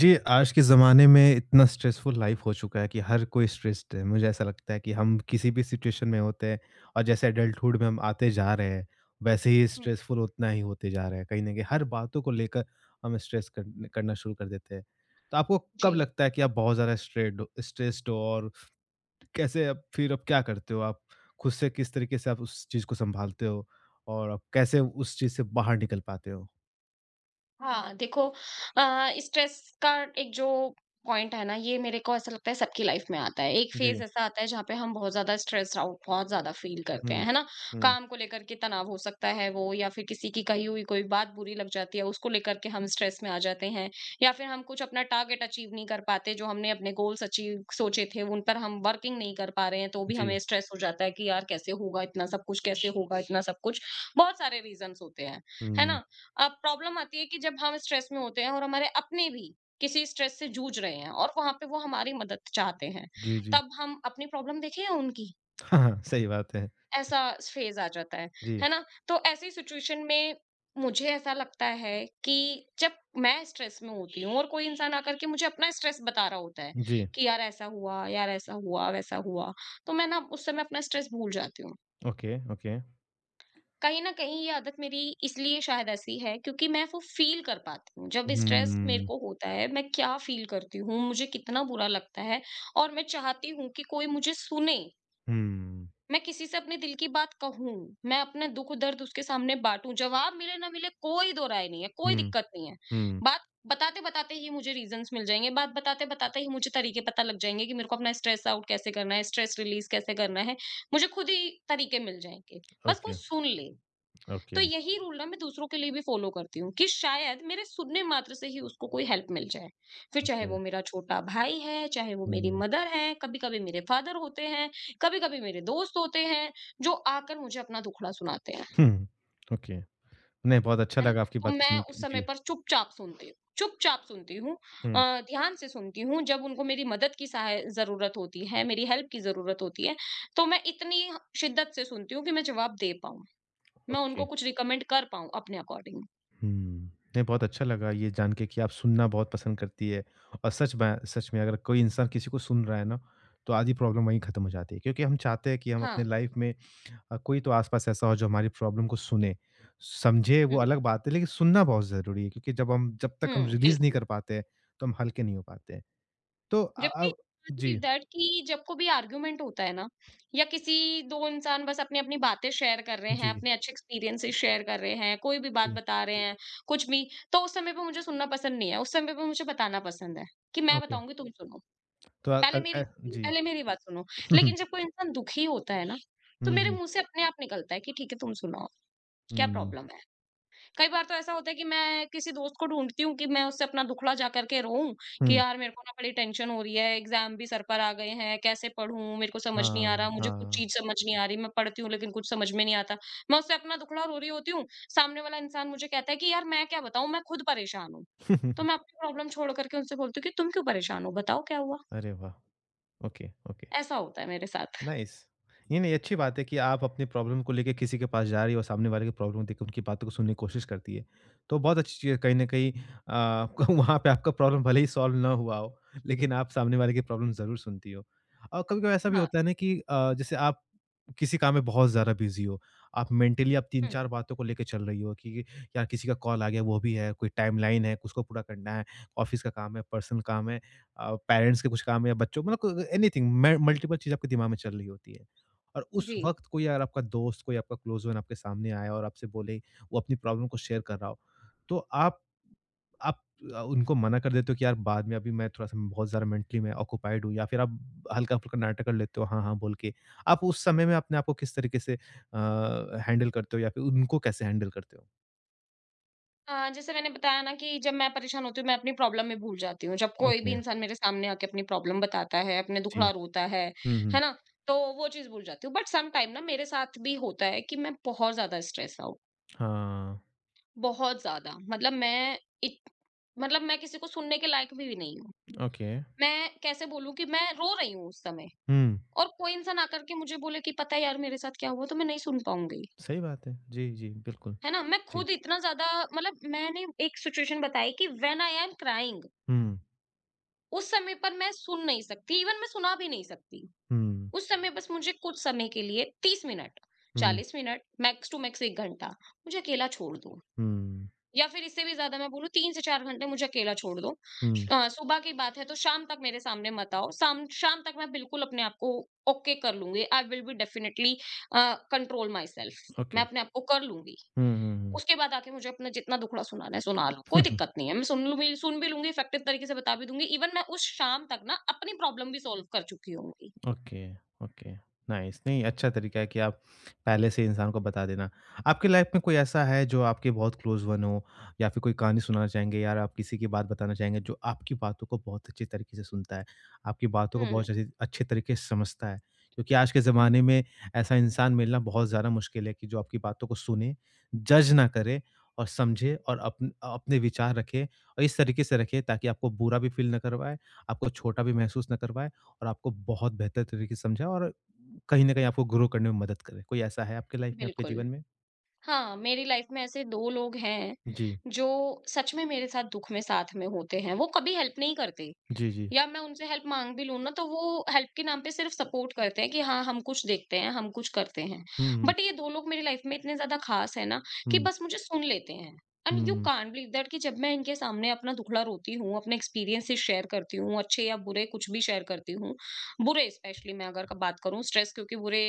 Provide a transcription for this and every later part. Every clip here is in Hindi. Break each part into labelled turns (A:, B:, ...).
A: जी, आज के ज़माने में इतना स्ट्रेसफुल लाइफ़ हो चुका है कि हर कोई स्ट्रेस्ड है। मुझे ऐसा लगता है कि हम किसी भी सिचुएशन में होते हैं और जैसे एडल्टहुड में हम आते जा रहे हैं, वैसे ही
B: हुँ,
A: स्ट्रेसफुल उतना ही होते जा रहा है। कहीं न कहीं हर बातों को लेकर हम स्ट्रेस करने करना शुरू कर देते हैं। तो आपको
B: जी।
A: कब लगता है कि आप बहुत ज़्यादा स्ट्रेस्ड हो और कैसे अब क्या करते हो आप? खुद से किस तरीके से आप उस चीज़ को सँभालते हो और आप कैसे उस चीज़ से बाहर निकल पाते हो?
B: हाँ, देखो, स्ट्रेस का एक जो पॉइंट है ना, ये मेरे को ऐसा लगता है सबकी लाइफ में आता है। एक
A: जी।
B: फ़ेज़ ऐसा आता है जहाँ पे हम बहुत ज़्यादा स्ट्रेस्ड आउट बहुत ज़्यादा फ़ील करते हैं,
A: हुँ।
B: है ना?
A: हुँ।
B: काम को लेकर के तनाव हो सकता है वो, या फिर किसी की कही हुई कोई बात बुरी लग जाती है, उसको लेकर के हम स्ट्रेस में आ जाते हैं। या फिर हम कुछ अपना टारगेट अचीव नहीं कर पाते, जो हमने अपने गोल्स अचीव सोचे थे, उन पर हम वर्किंग नहीं कर पा रहे हैं, तो भी
A: जी।
B: हमें स्ट्रेस हो जाता है कि यार कैसे होगा इतना सब कुछ, कैसे होगा इतना सब कुछ? बहुत सारे रीज़न्स होते हैं, है
A: हुँ।
B: ना? प्रॉब्लम आती है कि जब हम स्ट्रेस में होते हैं और हमारे अपने भी किसी स्ट्रेस से जूझ रहे हैं और वहां पे वो हमारी मदद चाहते हैं,
A: जी, जी।
B: तब हम अपनी प्रॉब्लम देखें या उनकी।
A: हाँ, हाँ, सही बात है।
B: ऐसा फेज आ जाता है
A: जी,
B: है ना? तो ऐसी सिचुएशन में मुझे ऐसा लगता है कि जब मैं स्ट्रेस में होती हूँ और कोई इंसान आकर के मुझे अपना स्ट्रेस बता रहा होता है
A: जी।
B: कि यार ऐसा हुआ, यार ऐसा हुआ, वैसा हुआ, तो मैं ना उस समय अपना स्ट्रेस भूल जाती हूँ।
A: Okay, okay.
B: कहीं न कहीं ये आदत मेरी इसलिए शायद ऐसी है क्योंकि मैं वो फ़ील कर पाती हूँ। जब स्ट्रेस मेरे
A: हुँ,
B: को होता है, मैं क्या फ़ील करती हूँ, मुझे कितना बुरा लगता है, और मैं चाहती हूँ कि कोई मुझे सुने।
A: हुँ,
B: मैं किसी से अपने दिल की बात कहूँ, मैं अपना दुःख-दर्द उसके सामने बाँटूँ। जवाब मिले ना मिले कोई दो राय नहीं है, कोई
A: हुँ,
B: दिक्कत नहीं है।
A: हुँ।
B: बात बताते-बताते ही मुझे रीज़न्स मिल जाएँगे, बात बताते-बताते ही मुझे तरीके पता लग जाएँगे कि मेरे को अपना स्ट्रेस आउट कैसे करना है, स्ट्रेस रिलीज़ कैसे करना है। मुझे खुद ही तरीके मिल जाएँगे, बस कोई
A: ओके,
B: सुन ले। तो
A: ओके,
B: यही रूल ना मैं दूसरों के लिए भी फॉलो करती हूँ कि शायद मेरे सुनने मात्र से ही उसको कोई हेल्प मिल जाए। फिर चाहे
A: ओके।
B: वो मेरा छोटा भाई है, चाहे वो मेरी
A: हुँ,
B: मदर है, कभी-कभी मेरे फादर होते हैं, कभी-कभी मेरे दोस्त होते हैं, जो आकर मुझे अपना दुखड़ा सुनाते हैं,
A: हुँ, ओके। नहीं, बहुत अच्छा
B: है ना?
A: लगा आपकी
B: तो
A: बातें
B: मैं
A: सुन
B: उस
A: के।
B: समय
A: जी,
B: पर चुपचाप सुनती हूँ, चुपचाप सुनती हूँ,
A: हुँ,
B: ध्यान से सुनती हूँ। जब उनको मेरी मदद की सहाय ज़रूरत होती है, मेरी हेल्प की ज़रूरत होती है, तो मैं इतनी शिद्दत से सुनती हूँ कि मैं जवाब दे पाऊँ। मैं
A: ओके।
B: उनको कुछ रिकमेंड कर पाऊँ अपने अकॉर्डिंग।
A: हुँ, नहीं, बहुत अच्छा लगा ये जान के कि आप सुनना बहुत पसंद करती है और सच में अगर कोई इंसान किसी को सुन रहा है ना, तो आधी प्रॉब्लम वहीं खत्म हो जाती है क्योंकि हम चाहते हैं कि हम
B: हाँ।
A: अपने लाइफ में कोई तो आसपास ऐसा हो जो हमारी प्रॉब्लम को सुने। समझे वो
B: हुँ।
A: अलग बात है लेकिन सुनना बहुत ज़रूरी है क्योंकि जब तक हम
B: हुँ,
A: रिलीज़ नहीं
B: बिल्कुल।
A: कर पाते हैं, तो हम हल्के नहीं हो पाते हैं। तो
B: जबकि आई बिलीव
A: जी,
B: दैट कि जब को भी आर्ग्यूमेंट होता है ना, या किसी 2 इंसान बस अपनी-अपनी बातें शेयर कर रहे हैं,
A: जी,
B: अपने अच्छे एक्सपीरियंसेस शेयर कर रहे हैं, कोई भी बात
A: जी,
B: बता रहे हैं, कुछ भी, तो उस समय पे मुझे सुनना पसंद नहीं है, उस समय पे मुझे बताना पसंद है कि मैं
A: ओके।
B: बताऊँगी तुम सुनो।
A: तो
B: पहले मेरी
A: जी।
B: पहले मेरी बात सुनो। लेकिन जब कोई इंसान दुखी होता है ना, तो
A: हुँ,
B: मेरे
A: हुँ,
B: मुँह से अपने आप निकलता है कि ठीक है तुम सुनाओ, क्या
A: हुँ, हुँ,
B: प्रॉब्लम है? कई बार तो ऐसा होता है कि मैं किसी दोस्त को ढूँढती हूँ कि मैं उससे अपना दुखड़ा जा कर के रोऊँ, कि
A: हुँ,
B: यार मेरे को ना बड़ी टेंशन हो रही है, एग्ज़ाम भी सर पर आ गए हैं, कैसे पढ़ूँ? मेरे को समझ नहीं आ
A: हाँ,
B: रहा, हुँ। मुझे कुछ
A: हाँ।
B: चीज़ समझ नहीं आ रही, मैं पढ़ती हूँ लेकिन कुछ समझ में नहीं आता। मैं उससे अपना दुखड़ा रो रही होती हूँ, सामने वाला इंसान मुझे कहता है कि यार मैं क्या बताऊँ, मैं खुद परेशान हूँ। तो मैं अपनी प्रॉब्लम छोड़ कर के उनसे बोलती हूँ कि तुम क्यों परेशान हो? बताओ क्या हुआ?
A: अरे वाह! Okay, okay.
B: ऐसा होता है मेरे साथ।
A: नाइस। नहीं, नहीं अच्छी बात है कि आप अपनी प्रॉब्लम को लेके किसी के पास जा रही हो, सामने वाले की प्रॉब्लम देख के उनकी बातों को सुनने की कोशिश करती है। तो बहुत अच्छी चीज़ है कहीं न कहीं आपका वहाँ पे आपका प्रॉब्लम भले ही सॉल्व ना हुआ हो, लेकिन आप सामने वाले की प्रॉब्लम ज़रूर सुनती हो। और कभी-कभी ऐसा भी
B: हाँ।
A: होता है ना कि जैसे आप किसी काम में बहुत ज़्यादा बिज़ी हो, आप मेंटली आप
B: हुँ।
A: 3-4 बातों को लेके चल रही हो कि यार किसी का कॉल आ गया वो भी है, कोई टाइमलाइन है, उसको पूरा करना है, ऑफ़िस का काम है, पर्सनल काम है। पेरेंट्स के कुछ काम या बच्चों मतलब एनीथिंग मैं मल्टीपल चीज़ आपके दिमाग में चल रही होती है। और उस
B: जी।
A: वक़्त कोई अगर आपका दोस्त, कोई आपका क्लोज़ वन आपके सामने आया और आपसे बोले वो अपनी प्रॉब्लम को शेयर कर रहा हो, तो आप उनको मना कर देते हो कि यार बाद में अभी मैं थोड़ा-सा बहुत ज़्यादा मेंटली मैं ऑक्यूपाइड हूँ या फिर आप हल्का-फुल्का नाटक कर लेते हो हाँ, हाँ, बोल के। आप उस समय में अपने आप को किस तरीके से हैंडल करते हो या फिर उनको कैसे हैंडल करते हो?
B: हाँ, जैसे मैंने बताया ना कि जब मैं परेशान होती हूँ, मैं अपनी प्रॉब्लम में भूल जाती हूँ। जब कोई भी
A: ओके,
B: इंसान मेरे सामने आके अपनी प्रॉब्लम बताता है, अपने
A: जी।
B: दुखड़ा रोता
A: हुँ, हुँ।
B: है ना? तो वो चीज़ भूल जाती हूँ। बट सम टाइम ना मेरे साथ भी होता है कि मैं बहुत ज़्यादा स्ट्रेस आउट,
A: हाँ,
B: बहुत ज़्यादा। मतलब मैं इत मतलब मैं किसी को सुनने के लायक भी नहीं हूँ।
A: ओके।
B: मैं कैसे बोलूँ कि मैं रो रही हूँ उस समय,
A: हुँ।
B: और कोई इंसान आकर के मुझे बोले कि पता है यार मेरे साथ क्या हुआ, तो मैं नहीं सुन पाऊँगी।
A: सही बात है। जी, जी, बिल्कुल।
B: है ना? मैं
A: जी।
B: खुद इतना ज़्यादा, मतलब मैंने एक सिचुएशन बताई कि when I am crying,
A: hmm,
B: उस समय पर मैं सुन नहीं सकती, इवन मैं सुना भी नहीं सकती।
A: हुँ,
B: उस समय बस मुझे कुछ समय के लिए 30 मिनट,
A: हुँ,
B: 40 मिनट, मैक्स टू मैक्स 1 घंटा मुझे अकेला छोड़ दो,
A: हुँ,
B: या फिर इससे भी ज़्यादा मैं बोलूँ 3 से 4 घंटे मुझे अकेला छोड़ दो।
A: हुँ,
B: सुबह की बात है तो शाम तक मेरे सामने मत आओ। शाम शाम तक मैं बिल्कुल अपने आप को ओके कर लूँगी। I will be definitely, control myself,
A: okay.
B: मैं अपने आप को कर लूँगी।
A: हुँ, हुँ, हुँ।
B: उसके बाद आके मुझे अपना जितना दुखड़ा सुनाना है सुना लो, कोई दिक्कत नहीं है। मैं सुन लूँगी, सुन भी लूँगी, इफेक्टिव तरीके से बता भी दूँगी। इवन मैं उस शाम तक ना अपनी प्रॉब्लम भी सॉल्व कर चुकी होंगी।
A: Okay, okay. नाइस, नहीं अच्छा तरीका है कि आप पहले से इंसान को बता देना। आपकी लाइफ़ में कोई ऐसा है जो आपके बहुत क्लोज़ वन हो या फिर कोई कहानी सुनाना चाहेंगे या आप किसी की बात बताना चाहेंगे जो आपकी बातों को बहुत अच्छे तरीके से सुनता है, आपकी बातों को
B: हुँ,
A: बहुत अच्छे अच्छे तरीके से समझता है? क्योंकि आज के
B: हुँ,
A: ज़माने में ऐसा इंसान मिलना बहुत ज़्यादा मुश्किल है कि जो आपकी बातों को सुने, जज ना करे और समझे और अपने विचार रखे और इस तरीके से रखे ताकि आपको बुरा भी फ़ील ना करवाए, आपको छोटा भी महसूस ना करवाए। और आपको बहुत बेहतर तरीके से समझाए और कहीं न कहीं आपको ग्रो करने में मदद करे। कोई ऐसा है आपके लाइफ में, आपके
B: बिल्कुल।
A: जीवन में?
B: हाँ, मेरी लाइफ में ऐसे 2 लोग हैं,
A: जी।
B: जो सच में मेरे साथ दुख में साथ में होते हैं। वो कभी हेल्प नहीं करते।
A: जी, जी।
B: या मैं उनसे हेल्प मांग भी लूँ ना, तो वो हेल्प के नाम पे सिर्फ सपोर्ट करते हैं कि हाँ, हम कुछ देखते हैं, हम कुछ करते हैं।
A: हुँ,
B: बट ये 2 लोग मेरी लाइफ में इतने ज़्यादा ख़ास हैं ना कि
A: हुँ,
B: बस मुझे सुन लेते हैं। And
A: hmm,
B: you
A: hmm.
B: Can't believe that कि जब मैं इनके सामने अपना दुखड़ा रोती हूँ, अपने एक्सपीरियंसेस शेयर करती हूँ, अच्छे या बुरे कुछ भी शेयर करती हूँ। बुरे स्पेशली, मैं अगर क बात करूँ, स्ट्रेस क्योंकि बुरे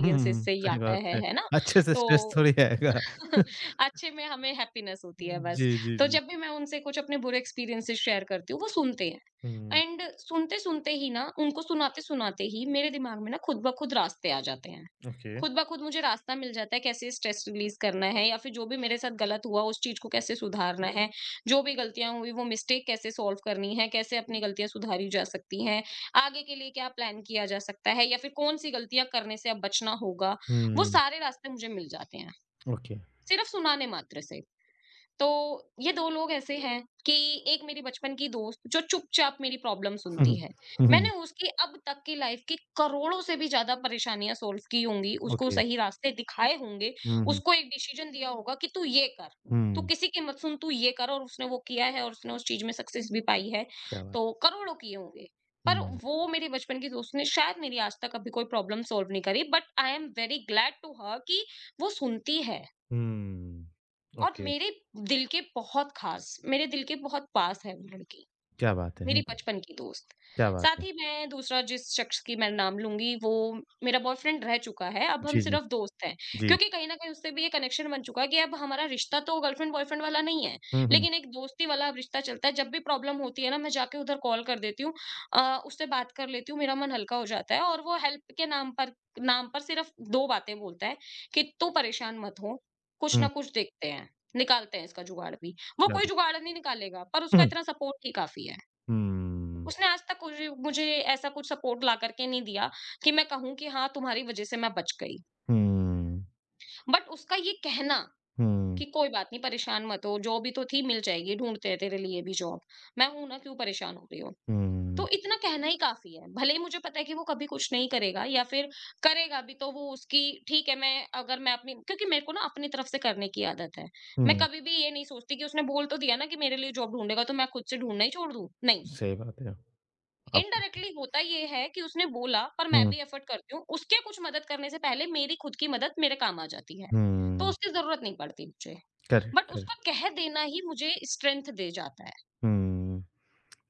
A: हुँ, हुँ,
B: से ही
A: सही
B: आता
A: बात है।
B: है ना?
A: अच्छे से
B: तो
A: स्ट्रेस थोड़ी आएगा।
B: अच्छे में हमें हैप्पीनेस होती है बस।
A: जी, जी,
B: तो
A: जी।
B: जब भी मैं उनसे कुछ अपने बुरे एक्सपीरियंसेस शेयर करती हूँ, वो सुनते हैं,
A: हुँ,
B: एंड सुनते-सुनते ही ना, उनको सुनाते-सुनाते ही मेरे दिमाग में ना खुद ब खुद रास्ते आ जाते हैं।
A: ओके।
B: खुद ब खुद मुझे रास्ता मिल जाता है कैसे स्ट्रेस रिलीज़ करना है, या फिर जो भी मेरे साथ गलत हुआ उस चीज़ को कैसे सुधारना है, जो भी गलतियाँ हुई वो मिस्टेक कैसे सॉल्व करनी है, कैसे अपनी गलतियाँ सुधारी जा सकती हैं, आगे के लिए क्या प्लान किया जा सकता है, या फिर कौन-सी गलतियाँ करने से अब बचना होगा, वो
A: हुँ,
B: सारे रास्ते मुझे मिल जाते हैं।
A: ओके।
B: सिर्फ सुनाने मात्र से। तो ये 2 लोग ऐसे हैं कि एक मेरी बचपन की दोस्त जो चुपचाप मेरी प्रॉब्लम
A: हुँ,
B: सुनती
A: हुँ,
B: है।
A: हुँ,
B: मैंने
A: हुँ,
B: उसकी अब तक की लाइफ़ की करोड़ों से भी ज़्यादा परेशानियाँ सॉल्व की होंगी, उसको
A: ओके।
B: सही रास्ते दिखाए होंगे,
A: हुँ, हुँ,
B: उसको एक डिसीज़न दिया होगा कि तू ये कर, तू
A: हुँ,
B: किसी की मत सुन, तू ये कर, और उसने वो किया है और उसने उस चीज़ में सक्सेस भी पाई है।
A: क्या बात
B: तो करोड़ों किए होंगे। पर
A: हुँ,
B: वो मेरी बचपन की दोस्त ने शायद मेरी आज तक अभी कोई प्रॉब्लम सॉल्व नहीं करी, but I am very glad to her कि वो सुनती है।
A: हुँ,
B: और
A: ओके।
B: मेरे दिल के बहुत पास है वो लड़की।
A: क्या बात है!
B: मेरी
A: हुँ,
B: बचपन की दोस्त।
A: क्या बात
B: साथ
A: है!
B: ही मैं दूसरा जिस शख्स की मैं नाम लूँगी, वो मेरा बॉयफ्रेंड रह चुका है, अब हम
A: जी, जी,
B: सिर्फ़ दोस्त हैं।
A: जी।
B: क्योंकि कहीं न कहीं उससे भी ये कनेक्शन बन चुका है कि अब हमारा रिश्ता तो गर्लफ्रेंड बॉयफ्रेंड वाला नहीं है,
A: हुँ, हुँ,
B: लेकिन एक दोस्ती वाला अब रिश्ता चलता है। जब भी प्रॉब्लम होती है ना, मैं जाके उधर कॉल कर देती हूँ, उससे बात कर लेती हूँ, मेरा मन हल्का हो जाता है, और वो हेल्प के नाम पर सिर्फ़ 2 बातें बोलता है कि "तू परेशान मत हो, कुछ ना
A: हुँ,
B: कुछ देखते हैं, निकालते हैं इसका जुगाड़ भी।" वो
A: क्या
B: कोई जुगाड़ नहीं निकालेगा, पर
A: हुँ,
B: उसका
A: हुँ,
B: इतना सपोर्ट ही काफ़ी है।
A: हुँ,
B: उसने आज तक मुझे मुझे ऐसा कुछ सपोर्ट ला करके नहीं दिया कि मैं कहूँ कि हाँ तुम्हारी वजह से मैं बच गई।
A: हुँ।
B: बट उसका ये कहना
A: हुँ,
B: कि कोई बात नहीं, परेशान मत हो, जॉब ही तो थी, मिल जाएगी, ढूँढते हैं तेरे लिए भी जॉब। मैं हूँ ना, क्यों परेशान हो रही हो? तो
A: हुँ,
B: इतना कहना ही काफ़ी है। भले ही मुझे पता है कि वो कभी कुछ नहीं करेगा या फिर करेगा भी तो वो उसकी, ठीक है। मैं, अगर मैं अपनी, क्योंकि मेरे को ना अपनी तरफ से करने की आदत है। मैं
A: हुँ,
B: कभी भी ये नहीं सोचती कि उसने बोल तो दिया ना कि मेरे लिए जॉब ढूँढेगा तो मैं खुद से ढूँढना ही छोड़ दूँ। नहीं,
A: सही बात है। आप
B: इनडायरेक्टली होता ये है कि उसने बोला पर मैं
A: हुँ,
B: भी एफर्ट करती हूँ, उसके कुछ मदद करने से पहले मेरी खुद की मदद मेरे काम आ जाती है, तो
A: हुँ,
B: उसकी ज़रूरत नहीं पड़ती मुझे।
A: करेक्ट,
B: बट उसका
A: करेक्ट,
B: कह देना ही मुझे स्ट्रेंथ दे जाता है।
A: हुँ।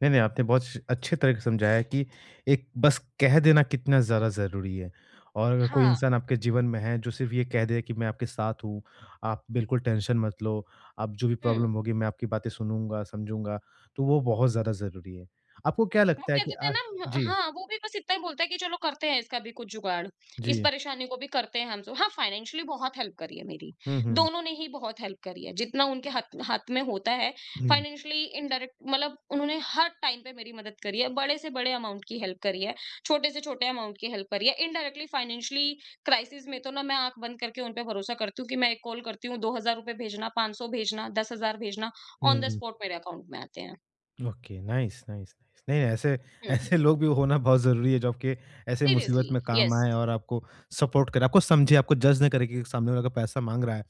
A: नहीं, नहीं, आपने बहुत श अच्छे तरह से समझाया कि एक बस कह देना कितना ज़्यादा ज़रूरी है और अगर कोई
B: हाँ,
A: इंसान आपके जीवन में है, जो सिर्फ़ ये कह दे कि मैं आपके साथ हूँ, आप बिल्कुल टेंशन मत लो, आप जो भी
B: हुँ।
A: प्रॉब्लम होगी, मैं आपकी बातें सुनूँगा, समझूँगा, तो वो बहुत ज़्यादा ज़रूरी है। आपको क्या
B: वो
A: लगता है
B: कह
A: कि
B: देते
A: आ
B: हैं ना,
A: जी,
B: हाँ, वो भी बस इतना ही बोलता है कि चलो करते हैं इसका भी कुछ जुगाड़, इस
A: जी।
B: परेशानी को भी करते हैं हम सब। हाँ, फाइनेंशियली बहुत हेल्प करी है मेरी,
A: हुँ, हुँ,
B: दोनों ने ही बहुत हेल्प करी है, जितना उनके हाथ हाथ में होता है।
A: हुँ,
B: फाइनेंशियली इनडायरेक्ट, मतलब उन्होंने हर टाइम पे मेरी मदद करी है, बड़े से बड़े अमाउंट की हेल्प करी है, छोटे से छोटे अमाउंट की हेल्प करी है। इनडायरेक्टली फाइनेंशियली क्राइसिस में तो ना मैं आँख बंद करके उन पे भरोसा करती हूँ कि मैं एक कॉल करती हूँ, ₹2000 भेजना, 500 भेजना, 10,000 भेजना, ऑन द
A: हुँ।
B: स्पॉट मेरे अकाउंट में आते हैं।
A: ओके नाइस नाइस नाइस नहीं नहीं ऐसे
B: हुँ,
A: ऐसे लोग भी होना बहुत ज़रूरी है जो आपके ऐसे मुसीबत
B: सीरियसली,
A: में काम
B: येस।
A: आए और आपको सपोर्ट करे आपको समझे आपको जज ना करे कि सामने वाला का पैसा मांग रहा है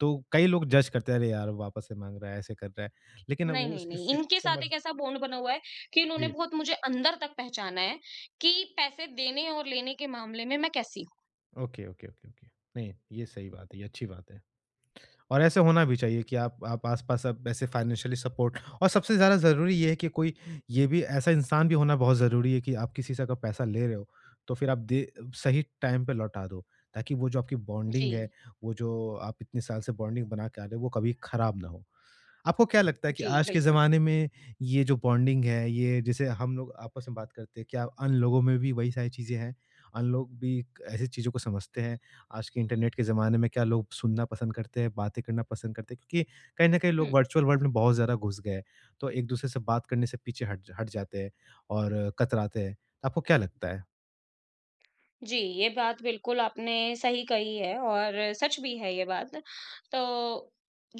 A: तो कई लोग जज करते हैं अरे यार वापस से मांग रहा है ऐसे कर रहा है लेकिन
B: नहीं,
A: वो
B: नहीं,
A: इस
B: नहीं।
A: इस चीज़
B: इनके
A: को
B: साथ
A: समझ
B: एक ऐसा बॉन्ड बना हुआ है कि इन्होंने
A: जी
B: बहुत मुझे अंदर तक पहचाना है कि पैसे देने और लेने के मामले में मैं कैसी हूँ।
A: ओके ओके ओके ओके नहीं ये सही बात है ये अच्छी बात है और ऐसे होना भी चाहिए कि आप आस-पास आप ऐसे फाइनेंशियली सपोर्ट और सबसे ज़्यादा ज़रूरी ये है कि कोई ये भी ऐसा इंसान भी होना बहुत ज़रूरी है कि आप किसी से अगर पैसा ले रहे हो, तो फिर आप दे सही टाइम पे लौटा दो, ताकि वो जो आपकी
B: जी,
A: बॉन्डिंग है, वो जो आप इतने साल से बॉन्डिंग बना के आ रहे हो, वो कभी खराब ना हो। आपको क्या लगता है कि
B: जी,
A: आज के
B: बिल्कुल।
A: ज़माने में ये जो बॉन्डिंग है, ये जैसे हम लोग आपस में बात करते हैं, क्या अन लोगों में भी वही सारी चीज़ें हैं? अन लोग भी क ऐसी चीज़ों को समझते हैं? आज के इंटरनेट के ज़माने में क्या लोग सुनना पसंद करते हैं, बातें करना पसंद करते हैं? क्योंकि कहीं न कहीं लोग
B: हुँ।
A: वर्चुअल वर्ल्ड में बहुत ज़्यादा घुस गए हैं, तो एक-दूसरे से बात करने से पीछे हट हट जाते हैं और कतराते हैं। तो आपको क्या लगता है?
B: जी, ये बात बिल्कुल आपने सही कही है और सच भी है ये बात। तो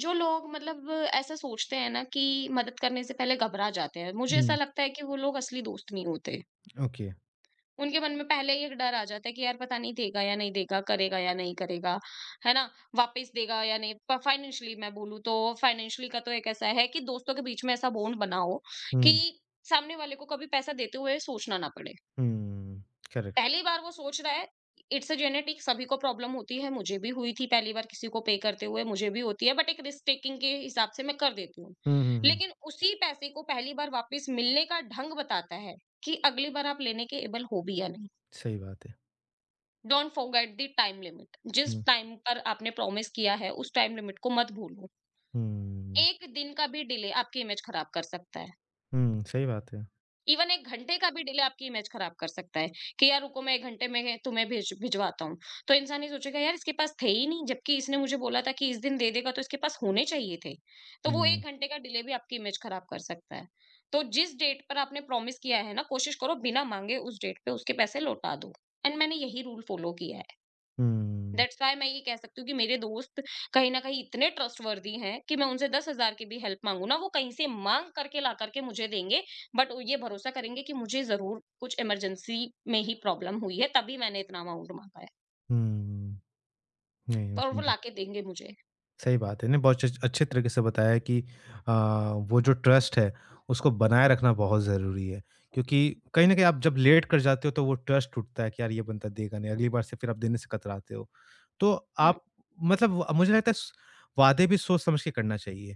B: जो लोग, मतलब ऐसा सोचते हैं ना कि मदद करने से पहले घबरा जाते हैं, मुझे ऐसा
A: हुँ,
B: लगता है कि वो लोग असली दोस्त नहीं होते।
A: ओके।
B: उनके मन में पहले ही एक डर आ जाता है कि यार पता नहीं देगा या नहीं देगा, करेगा या नहीं करेगा, है ना? वापस देगा या नहीं, प फाइनेंशियली मैं बोलूँ तो, फाइनेंशियली का तो एक ऐसा है कि दोस्तों के बीच में ऐसा बॉन्ड बना हो कि
A: हुँ,
B: सामने वाले को कभी पैसा देते हुए सोचना ना पड़े।
A: हुँ, करेक्ट।
B: पहली बार वो सोच रहा है, इट्स अ जेनेटिक, सभी को प्रॉब्लम होती है, मुझे भी हुई थी पहली बार किसी को पे करते हुए, मुझे भी होती है, बट एक रिस्क टेकिंग के हिसाब से मैं कर देती हूँ।
A: हुँ, हुँ, हुँ।
B: लेकिन उसी पैसे को पहली बार वापस मिलने का ढंग बताता है कि अगली बार आप लेने के एबल हो भी या नहीं।
A: सही बात है।
B: Don't forget the time limit, जिस
A: हुँ,
B: टाइम पर आपने प्रॉमिस किया है उस टाइम लिमिट को मत भूलो।
A: हुँ,
B: एक दिन का भी डिले आपकी इमेज खराब कर सकता है।
A: हुँ, सही बात है।
B: इवन एक घंटे का भी डिले आपकी इमेज खराब कर सकता है कि यार रुको, मैं एक घंटे में तुम्हें भेज भिजवाता हूँ, तो इंसान ये सोचेगा यार इसके पास थे ही नहीं, जबकि इसने मुझे बोला था कि इस दिन दे देगा तो इसके पास होने चाहिए थे। तो वो एक
A: हुँ।
B: घंटे का डिले भी आपकी इमेज खराब कर सकता है। तो जिस डेट पर आपने प्रॉमिस किया है ना, कोशिश करो बिना मांगे उस डेट पे उसके पैसे लौटा दो। एंड मैंने यही रूल फॉलो किया है।
A: हुँ,
B: दैट्स व्हाई मैं ये कह सकती हूँ कि मेरे दोस्त कहीं न कहीं इतने ट्रस्टवर्दी हैं कि मैं उनसे 10,000 की भी हेल्प माँगू ना, वो कहीं से माँग करके ला करके मुझे देंगे, बट ये भरोसा करेंगे कि मुझे ज़रूर कुछ इमरजेंसी में ही प्रॉब्लम हुई है, तभी मैंने इतना अमाउंट माँगा है
A: हुँ। नहीं, मैं
B: और वो
A: समझा।
B: लाके देंगे मुझे।
A: सही बात है, नहीं बहुत अच्छे अच्छे तरीके से बताया है कि अ, वो जो ट्रस्ट है, उसको बनाए रखना बहुत ज़रूरी है। क्योंकि कहीं न कहीं
B: जी।
A: आप जब लेट कर जाते हो तो वो ट्रस्ट टूटता है कि यार ये बंदा देगा नहीं, अगली बार से फिर आप देने से कतराते हो। तो
B: हुँ,
A: आप मतलब मुझे लगता है स वादे भी सोच समझ के करना चाहिए।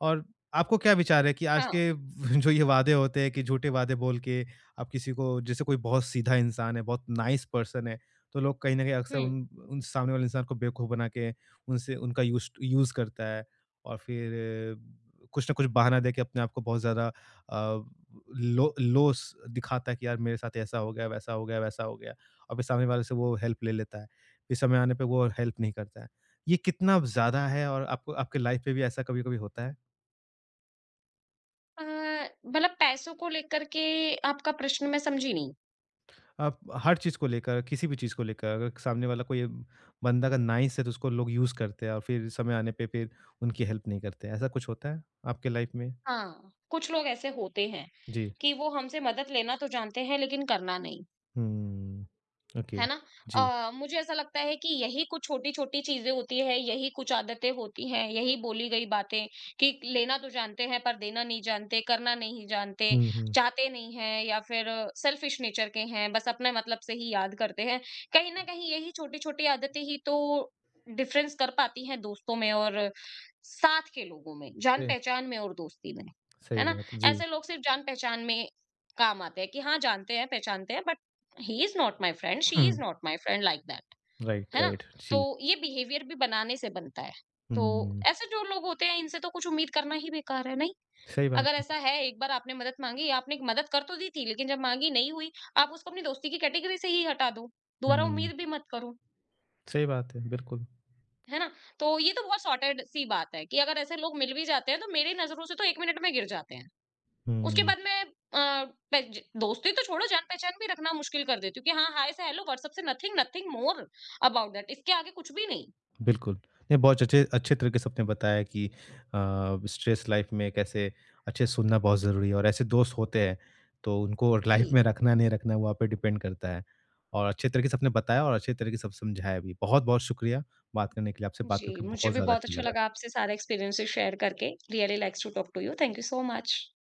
A: और आपको क्या विचार है कि आज
B: हाँ,
A: के जो ये वादे होते हैं कि झूठे वादे बोल के आप किसी को जैसे कोई बहुत सीधा इंसान है, बहुत नाइस पर्सन है, तो लोग कहीं न कहीं अक्सर
B: हुँ।
A: उन उन सामने वाले इंसान को बेवकूफ़ बना के उनसे उनका यूस्ट यूज़ करता है और फिर कुछ ना कुछ बहाना देके अपने आप को बहुत ज़्यादा लो लो स दिखाता है कि यार मेरे साथ ऐसा हो गया, वैसा हो गया, वैसा हो गया और फिर सामने वाले से वो हेल्प ले लेता है। फिर समय आने पे वो हेल्प नहीं करता है। ये कितना ज़्यादा है और आपको आपके लाइफ़ पे भी ऐसा कभी-कभी होता है?
B: अ, मतलब पैसों को लेकर के आपका प्रश्न मैं समझी नहीं।
A: आप हर चीज़ को लेकर, किसी भी चीज़ को लेकर अगर सामने वाला कोई बंदा अगर नाइस है तो उसको लोग यूज़ करते हैं और फिर समय आने पे फिर उनकी हेल्प नहीं करते। ऐसा कुछ होता है आपके लाइफ़ में?
B: हाँ, कुछ लोग ऐसे होते हैं
A: जी।
B: कि वो हमसे मदद लेना तो जानते हैं लेकिन करना नहीं।
A: हुँ, ओके।
B: है ना?
A: जी।
B: मुझे ऐसा लगता है कि यही कुछ छोटी-छोटी चीज़ें होती हैं, यही कुछ आदतें होती हैं, यही बोली गई बातें कि लेना तो जानते हैं पर देना नहीं जानते, करना नहीं जानते,
A: हुँ, हुँ।
B: चाहते नहीं हैं या फिर सेल्फिश नेचर के हैं, बस अपने मतलब से ही याद करते हैं। कहीं न कहीं यही छोटी-छोटी आदतें ही तो डिफरेंस कर पाती हैं दोस्तों में और साथ के लोगों में,
A: ए
B: जान-पहचान में और दोस्ती में, है
A: सही
B: ना?
A: बात है। जी।
B: ऐसे लोग सिर्फ जान-पहचान में काम आते हैं कि हाँ, जानते हैं, पहचानते हैं, but he is not my friend, she
A: hmm,
B: is not my friend, like that.
A: Right,
B: है ना?
A: राइट।
B: तो
A: जी।
B: ये बिहेवियर भी बनाने से बनता है। तो
A: हुँ,
B: ऐसे जो लोग होते हैं, इनसे तो कुछ उम्मीद करना ही बेकार है। नहीं,
A: सही बात
B: अगर ऐसा
A: है।
B: है, एक बार आपने मदद मांगी, आपने मदद कर तो दी थी लेकिन जब मांगी नहीं हुई, आप उसको अपनी दोस्ती की कैटेगरी से ही हटा दो, दोबारा
A: हुँ,
B: उम्मीद भी मत करो।
A: सही बात है, बिल्कुल।
B: है ना? तो ये तो बहुत सॉर्टेड सी बात है कि अगर ऐसे लोग मिल भी जाते हैं तो मेरी नजरों से तो एक मिनट में गिर जाते हैं। उसके
A: हुँ।
B: बाद मैं, अ, पे ज दोस्ती तो छोड़ो, जान-पहचान भी रखना मुश्किल कर देती हूँ कि हाँ, हाय से हेलो, व्हाट्सएप से nothing, nothing more about that, इसके आगे कुछ भी नहीं।
A: बिल्कुल। नहीं, बहुत अच्छे अच्छे तरीके से आपने बताया कि स्ट्रेस लाइफ़ में कैसे अच्छे से सुनना बहुत ज़रूरी है और ऐसे दोस्त होते हैं, तो उनको लाइफ़
B: जी,
A: में रखना नहीं रखना वहाँ पे डिपेंड करता है। और अच्छे तरीके से आपने बताया और अच्छे तरीके से सब समझाया भी। बहुत-बहुत शुक्रिया बात करने के लिए, आपसे बात
B: जी,
A: करके
B: मुझे
A: बहुत
B: भी
A: ज़्यादा
B: बहुत
A: अच्छा
B: अच्छा लगा
A: लगा।
B: आपसे सारे एक्सपीरियंसेस शेयर करके। Really likes to talk to you. Thank you so much.